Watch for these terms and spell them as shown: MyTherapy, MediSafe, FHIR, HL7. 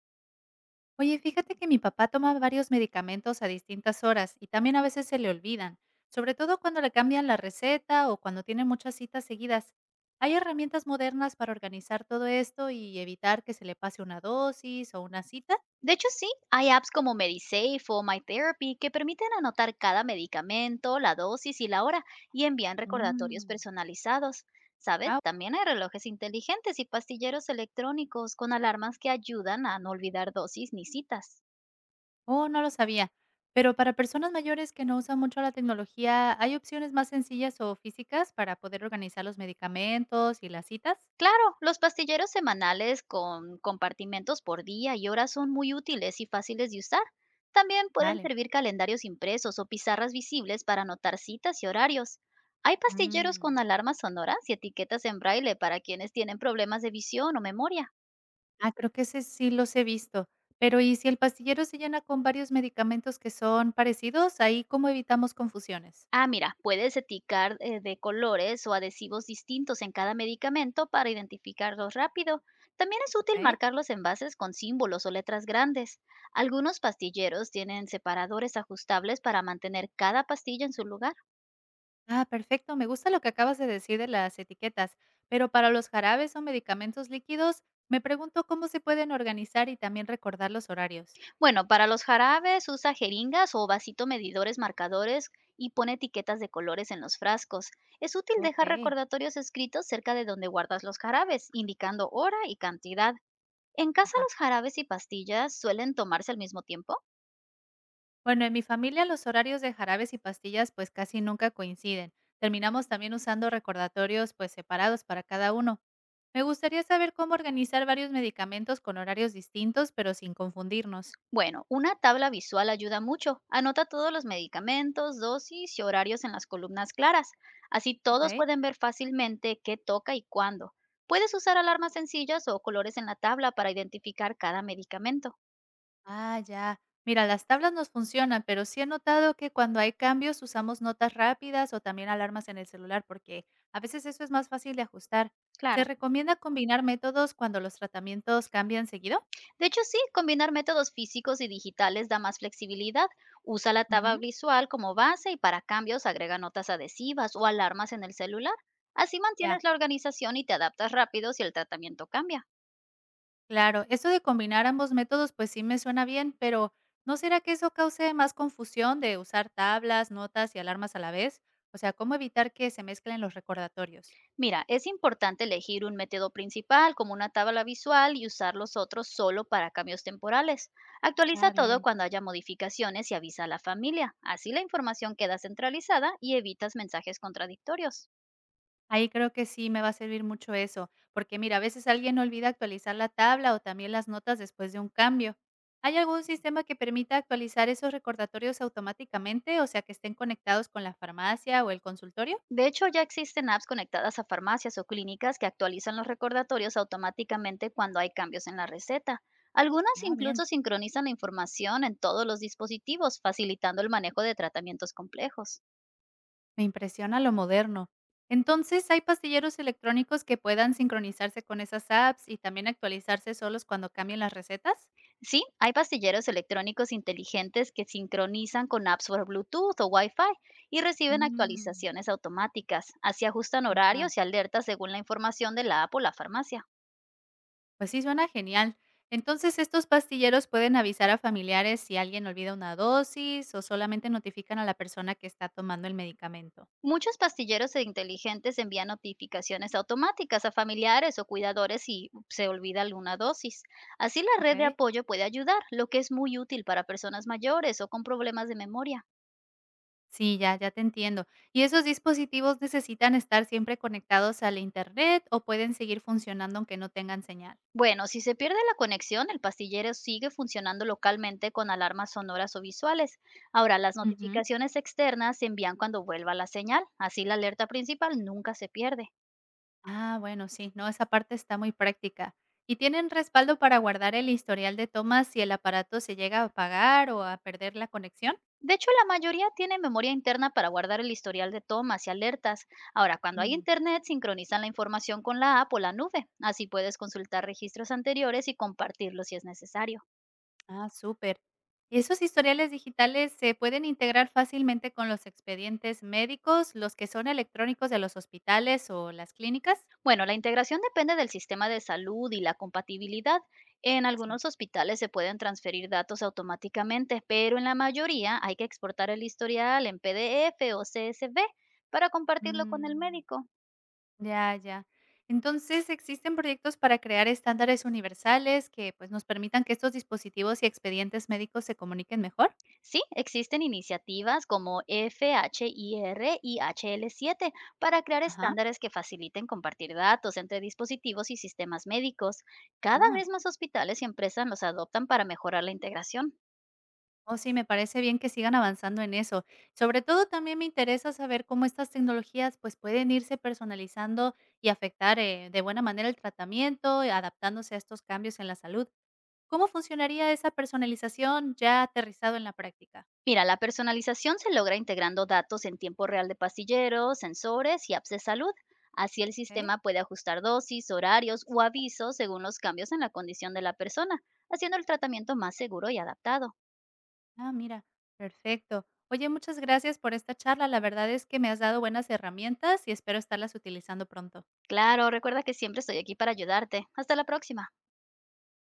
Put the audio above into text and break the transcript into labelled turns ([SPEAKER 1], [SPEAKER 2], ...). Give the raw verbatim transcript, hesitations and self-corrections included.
[SPEAKER 1] Oye, fíjate que mi papá toma varios medicamentos a distintas horas y también a veces se le olvidan, sobre todo cuando le cambian la receta o cuando tiene muchas citas seguidas. ¿Hay herramientas modernas para organizar todo esto y evitar que se le pase una dosis o una cita?
[SPEAKER 2] De hecho, sí, hay apps como MediSafe o MyTherapy que permiten anotar cada medicamento, la dosis y la hora y envían recordatorios
[SPEAKER 1] Mm.
[SPEAKER 2] personalizados. ¿Sabes?
[SPEAKER 1] Ah,
[SPEAKER 2] También hay relojes inteligentes y pastilleros electrónicos con alarmas que ayudan a no olvidar dosis ni citas.
[SPEAKER 1] oh, no lo sabía. Pero para personas mayores que no usan mucho la tecnología, ¿hay opciones más sencillas o físicas para poder organizar los medicamentos y las citas?
[SPEAKER 2] Claro, los pastilleros semanales con compartimentos por día y hora son muy útiles y fáciles de usar. También pueden
[SPEAKER 1] Vale.
[SPEAKER 2] servir calendarios impresos o pizarras visibles para anotar citas y horarios. Hay pastilleros con
[SPEAKER 1] Mm.
[SPEAKER 2] alarmas sonoras y etiquetas en braille para quienes tienen problemas de visión o memoria.
[SPEAKER 1] Ah, creo que ese sí los he visto. Pero, ¿y si el pastillero se llena con varios medicamentos que son parecidos? Ahí, ¿cómo evitamos confusiones?
[SPEAKER 2] Ah, mira, puedes eticar eh, de colores o adhesivos distintos en cada medicamento para identificarlos rápido. También es útil
[SPEAKER 1] ¿Ok?
[SPEAKER 2] marcar los envases con símbolos o letras grandes. Algunos pastilleros tienen separadores ajustables para mantener cada pastilla en su lugar.
[SPEAKER 1] Ah, perfecto. Me gusta lo que acabas de decir de las etiquetas. Pero para los jarabes o medicamentos líquidos, me pregunto cómo se pueden organizar y también recordar los horarios.
[SPEAKER 2] Bueno, para los jarabes usa jeringas o vasito medidores marcadores y pone etiquetas de colores en los frascos. Es útil dejar
[SPEAKER 1] Ok.
[SPEAKER 2] recordatorios escritos cerca de donde guardas los jarabes, indicando hora y cantidad. ¿En casa
[SPEAKER 1] Ajá.
[SPEAKER 2] los jarabes y pastillas suelen tomarse al mismo tiempo?
[SPEAKER 1] Bueno, en mi familia los horarios de jarabes y pastillas pues casi nunca coinciden. Terminamos también usando recordatorios pues separados para cada uno. Me gustaría saber cómo organizar varios medicamentos con horarios distintos pero sin confundirnos.
[SPEAKER 2] Bueno, una tabla visual ayuda mucho. Anota todos los medicamentos, dosis y horarios en las columnas claras. Así
[SPEAKER 1] ¿Ok?
[SPEAKER 2] todos pueden ver fácilmente qué toca y cuándo. Puedes usar alarmas sencillas o colores en la tabla para identificar cada medicamento.
[SPEAKER 1] Ah, ya. Mira, las tablas nos funcionan, pero sí he notado que cuando hay cambios usamos notas rápidas o también alarmas en el celular porque a veces eso es más fácil de ajustar. ¿Se
[SPEAKER 2] Claro.
[SPEAKER 1] recomienda combinar métodos cuando los tratamientos cambian seguido?
[SPEAKER 2] De hecho, sí, combinar métodos físicos y digitales da más flexibilidad. Usa la tabla
[SPEAKER 1] Ujú.
[SPEAKER 2] visual como base y para cambios agrega notas adhesivas o alarmas en el celular. Así
[SPEAKER 1] Ya.
[SPEAKER 2] mantienes la organización y te adaptas rápido si el tratamiento cambia.
[SPEAKER 1] Claro, eso de combinar ambos métodos pues sí me suena bien, pero ¿no será que eso cause más confusión de usar tablas, notas y alarmas a la vez? O sea, ¿cómo evitar que se mezclen los recordatorios?
[SPEAKER 2] Mira, es importante elegir un método principal como una tabla visual y usar los otros solo para cambios temporales. Actualiza
[SPEAKER 1] Ah,
[SPEAKER 2] todo
[SPEAKER 1] bien.
[SPEAKER 2] cuando haya modificaciones y avisa a la familia. Así la información queda centralizada y evitas mensajes contradictorios.
[SPEAKER 1] Ahí creo que sí me va a servir mucho eso, porque mira, a veces alguien olvida actualizar la tabla o también las notas después de un cambio. ¿Hay algún sistema que permita actualizar esos recordatorios automáticamente, o sea, que estén conectados con la farmacia o el consultorio?
[SPEAKER 2] De hecho, ya existen apps conectadas a farmacias o clínicas que actualizan los recordatorios automáticamente cuando hay cambios en la receta. Algunas
[SPEAKER 1] Ah, bien.
[SPEAKER 2] incluso sincronizan la información en todos los dispositivos, facilitando el manejo de tratamientos complejos.
[SPEAKER 1] Me impresiona lo moderno. Entonces, ¿hay pastilleros electrónicos que puedan sincronizarse con esas apps y también actualizarse solos cuando cambien las recetas?
[SPEAKER 2] Sí, hay pastilleros electrónicos inteligentes que sincronizan con apps por Bluetooth o Wi-Fi y reciben
[SPEAKER 1] Mm.
[SPEAKER 2] actualizaciones automáticas. Así ajustan
[SPEAKER 1] Ajá.
[SPEAKER 2] horarios y alertas según la información de la app o la farmacia.
[SPEAKER 1] Pues sí, suena genial. Entonces, ¿estos pastilleros pueden avisar a familiares si alguien olvida una dosis o solamente notifican a la persona que está tomando el medicamento?
[SPEAKER 2] Muchos pastilleros e inteligentes envían notificaciones automáticas a familiares o cuidadores si se olvida alguna dosis. Así la red de
[SPEAKER 1] Ok.
[SPEAKER 2] apoyo puede ayudar, lo que es muy útil para personas mayores o con problemas de memoria.
[SPEAKER 1] Sí, ya, ya te entiendo. ¿Y esos dispositivos necesitan estar siempre conectados al Internet o pueden seguir funcionando aunque no tengan señal?
[SPEAKER 2] Bueno, si se pierde la conexión, el pastillero sigue funcionando localmente con alarmas sonoras o visuales. Ahora, las
[SPEAKER 1] Ujú.
[SPEAKER 2] notificaciones externas se envían cuando vuelva la señal, así la alerta principal nunca se pierde.
[SPEAKER 1] Ah, bueno, sí, no, esa parte está muy práctica. ¿Y tienen respaldo para guardar el historial de tomas si el aparato se llega a apagar o a perder la conexión?
[SPEAKER 2] De hecho, la mayoría tiene memoria interna para guardar el historial de tomas y alertas. Ahora, cuando hay
[SPEAKER 1] Mm.
[SPEAKER 2] internet, sincronizan la información con la app o la nube. Así puedes consultar registros anteriores y compartirlos si es necesario.
[SPEAKER 1] Ah, súper. ¿Y esos historiales digitales se pueden integrar fácilmente con los expedientes médicos, los que son electrónicos de los hospitales o las clínicas?
[SPEAKER 2] Bueno, la integración depende del sistema de salud y la compatibilidad. En
[SPEAKER 1] Sí.
[SPEAKER 2] algunos hospitales se pueden transferir datos automáticamente, pero en la mayoría hay que exportar el historial en P D F o CSV para compartirlo con el
[SPEAKER 1] Mm,
[SPEAKER 2] médico.
[SPEAKER 1] ya, ya. Entonces, ¿existen proyectos para crear estándares universales que pues nos permitan que estos dispositivos y expedientes médicos se comuniquen mejor?
[SPEAKER 2] Sí, existen iniciativas como fire y H L siete para crear
[SPEAKER 1] Ajá.
[SPEAKER 2] estándares que faciliten compartir datos entre dispositivos y sistemas médicos. Cada
[SPEAKER 1] Ah,
[SPEAKER 2] vez más hospitales y empresas los adoptan para mejorar la integración.
[SPEAKER 1] oh, sí, me parece bien que sigan avanzando en eso. Sobre todo también me interesa saber cómo estas tecnologías pues pueden irse personalizando y afectar eh, de buena manera el tratamiento, y adaptándose a estos cambios en la salud. ¿Cómo funcionaría esa personalización ya aterrizado en la práctica?
[SPEAKER 2] Mira, la personalización se logra integrando datos en tiempo real de pastilleros, sensores y apps de salud. Así el
[SPEAKER 1] ¿Ok?
[SPEAKER 2] sistema puede ajustar dosis, horarios o avisos según los cambios en la condición de la persona, haciendo el tratamiento más seguro y adaptado.
[SPEAKER 1] Ah, mira, perfecto. Oye, muchas gracias por esta charla. La verdad es que me has dado buenas herramientas y espero estarlas utilizando pronto.
[SPEAKER 2] Claro, recuerda que siempre estoy aquí para ayudarte. Hasta la próxima.